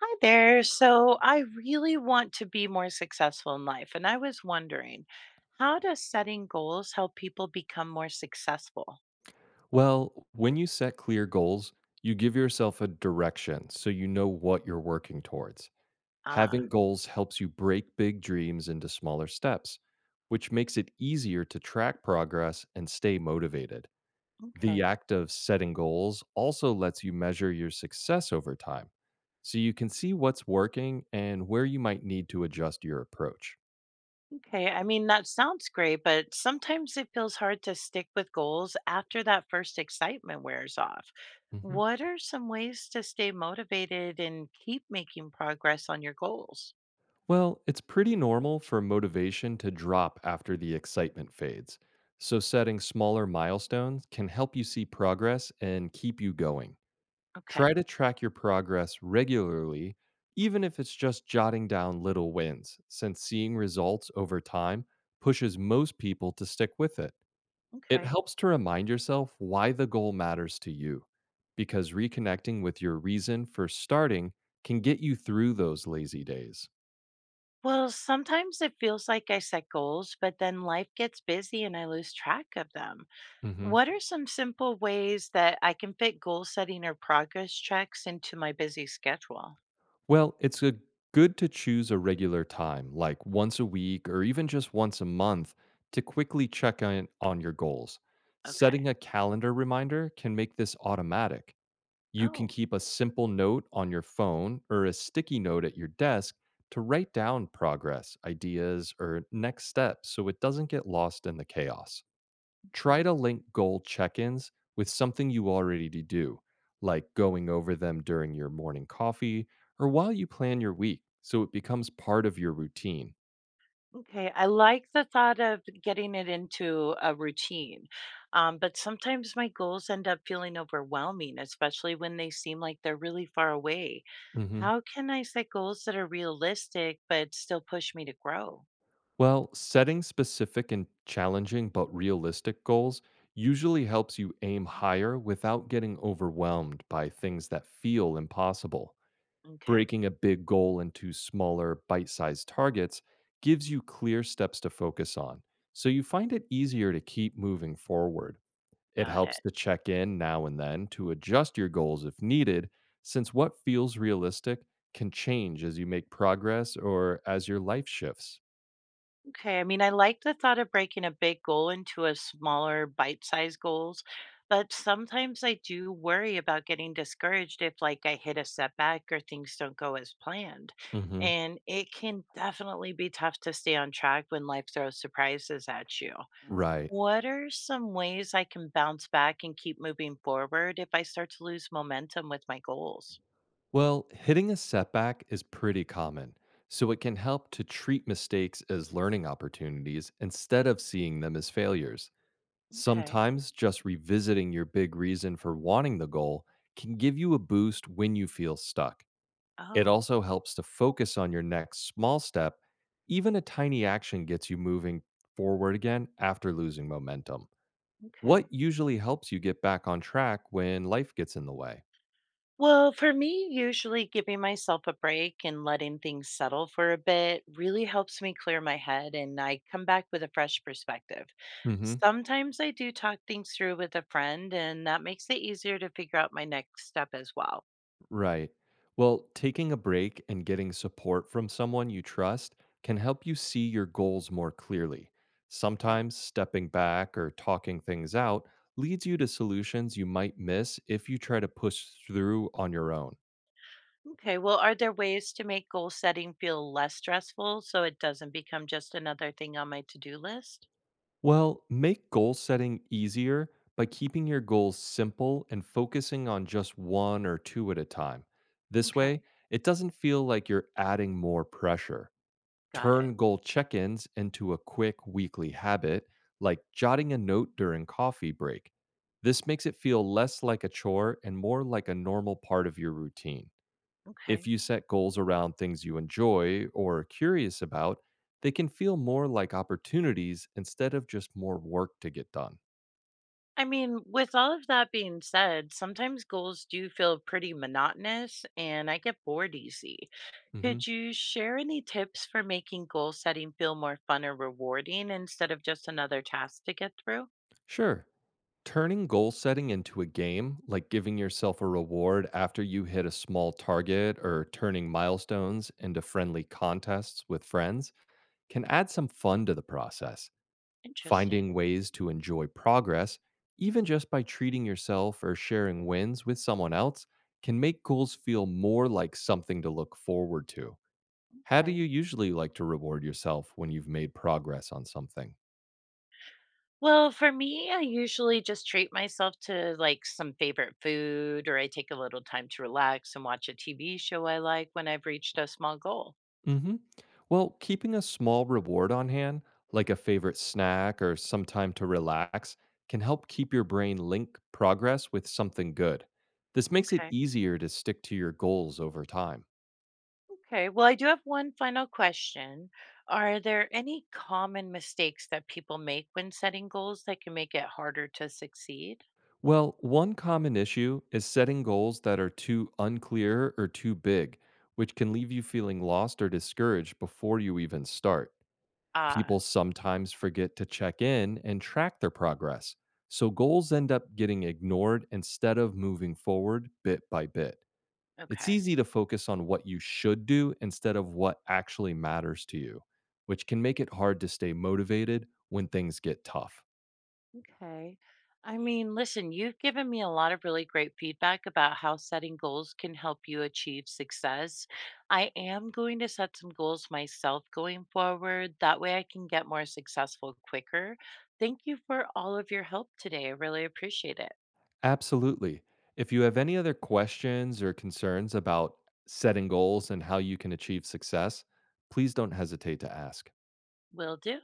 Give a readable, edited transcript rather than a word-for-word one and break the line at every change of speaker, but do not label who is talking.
Hi there. So I really want to be more successful in life. And I was wondering, how does setting goals help people become more successful?
Well, when you set clear goals, you give yourself a direction so you know what you're working towards.
Ah,
Having goals helps you break big dreams into smaller steps, which makes it easier to track progress and stay motivated. The
okay.
act of setting goals also lets you measure your success over time, so you can see what's working and where you might need to adjust your approach.
Okay, I mean, that sounds great, but sometimes it feels hard to stick with goals after that first excitement wears off.
Mhm.
What are some ways to stay motivated and keep making progress on your goals?
Well, it's pretty normal for motivation to drop after the excitement fades. So, setting smaller milestones can help you see progress and keep you going. Try
Okay.
to track your progress regularly, even if it's just jotting down little wins, since seeing results over time pushes most people to stick with it. It
Okay.
helps to remind yourself why the goal matters to you, because reconnecting with your reason for starting can get you through those lazy days.
Well, sometimes it feels like I set goals, but then life gets busy and I lose track of them.
Mhm.
What are some simple ways that I can fit goal setting or progress checks into my busy schedule?
Well, it's a good to choose a regular time, like once a week or even just once a month, to quickly check in on your goals.
Okay.
Setting a calendar reminder can make this automatic. You can
Oh,
keep a simple note on your phone or a sticky note at your desk to write down progress, ideas, or next steps so it doesn't get lost in the chaos.
okay.
Try to link goal check ins with something you already do, like going over them during your morning coffee or while you plan your week, so it becomes part of your routine.
Okay, I like the thought of getting it into a routine, but sometimes my goals end up feeling overwhelming, especially when they seem like they're really far away.
hmm
How can I set goals that are realistic but still push me to grow?
Well, setting specific and challenging but realistic goals usually helps you aim higher without getting overwhelmed by things that feel impossible.
Okay.
Breaking a big goal into smaller, bite sized targets gives you clear steps to focus on, so you find it easier to keep moving forward. It
Got
helps
it.
to check in now and then to adjust your goals if needed, since what feels realistic can change as you make progress or as your life shifts.
Okay, I mean, I like the thought of breaking a big goal into a smaller, bite-sized goals, but sometimes I do worry about getting discouraged if like I hit a setback or things don't go as planned.
hmm
And it can definitely be tough to stay on track when life throws surprises at you.
Right.
What are some ways I can bounce back and keep moving forward if I start to lose momentum with my goals?
Well, hitting a setback is pretty common, so it can help to treat mistakes as learning opportunities instead of seeing them as failures.
Okay.
Sometimes just revisiting your big reason for wanting the goal can give you a boost when you feel stuck. It
Oh,
also helps to focus on your next small step. Even a tiny action gets you moving forward again after losing momentum.
okay.
What usually helps you get back on track when life gets in the way?
Well, for me, usually giving myself a break and letting things settle for a bit really helps me clear my head and I come back with a fresh perspective.
hmm
Sometimes I do talk things through with a friend, and that makes it easier to figure out my next step as well.
Right. Well, taking a break and getting support from someone you trust can help you see your goals more clearly.
Okay.
Sometimes stepping back or talking things out leads you to solutions you might miss if you try to push through on your own.
Okay, well, are there ways to make goal setting feel less stressful so it doesn't become just another thing on my to do list?
Well, make goal setting easier by keeping your goals simple and focusing on just one or two at a time. This
Okay.
way, it doesn't feel like you're adding more pressure.
Got it.
Turn goal check ins into a quick weekly habit, like jotting a note during coffee break. This makes it feel less like a chore and more like a normal part of your routine. If
Okay,
you set goals around things you enjoy or are curious about, they can feel more like opportunities instead of just more work to get done.
I mean, with all of that being said, sometimes goals do feel pretty monotonous and I get bored easy.
hmm
Could you share any tips for making goal setting feel more fun or rewarding instead of just another task to get through?
Sure. Turning goal setting into a game, like giving yourself a reward after you hit a small target or turning milestones into friendly contests with friends, can add some fun to the process.
Interesting.
Finding ways to enjoy progress, even just by treating yourself or sharing wins with someone else, can make goals feel more like something to look forward to. How do you
Okay.
usually like to reward yourself when you've made progress on something?
Well, for me, I usually just treat myself to like some favorite food or I take a little time to relax and watch a TV show I like when I've reached a small goal.
hmm Well, keeping a small reward on hand, like a favorite snack or some time to relax, can help keep your brain link progress with something good. This makes it
Okay.
easier to stick to your goals over time.
Okay, well, I do have one final question. Are there any common mistakes that people make when setting goals that can make it harder to succeed?
Well, one common issue is setting goals that are too unclear or too big, which can leave you feeling lost or discouraged before you even start.
Ah,
People sometimes forget to check in and track their progress. So goals end up getting ignored instead of moving forward bit by bit. It's
okay.
easy to focus on what you should do instead of what actually matters to you, which can make it hard to stay motivated when things get tough.
Okay, I mean, listen, you've given me a lot of really great feedback about how setting goals can help you achieve success. I am going to set some goals myself going forward. That way I can get more successful quicker. Thank you for all of your help today. I really appreciate it.
Absolutely. If you have any other questions or concerns about setting goals and how you can achieve success, please don't hesitate to ask.
Will do.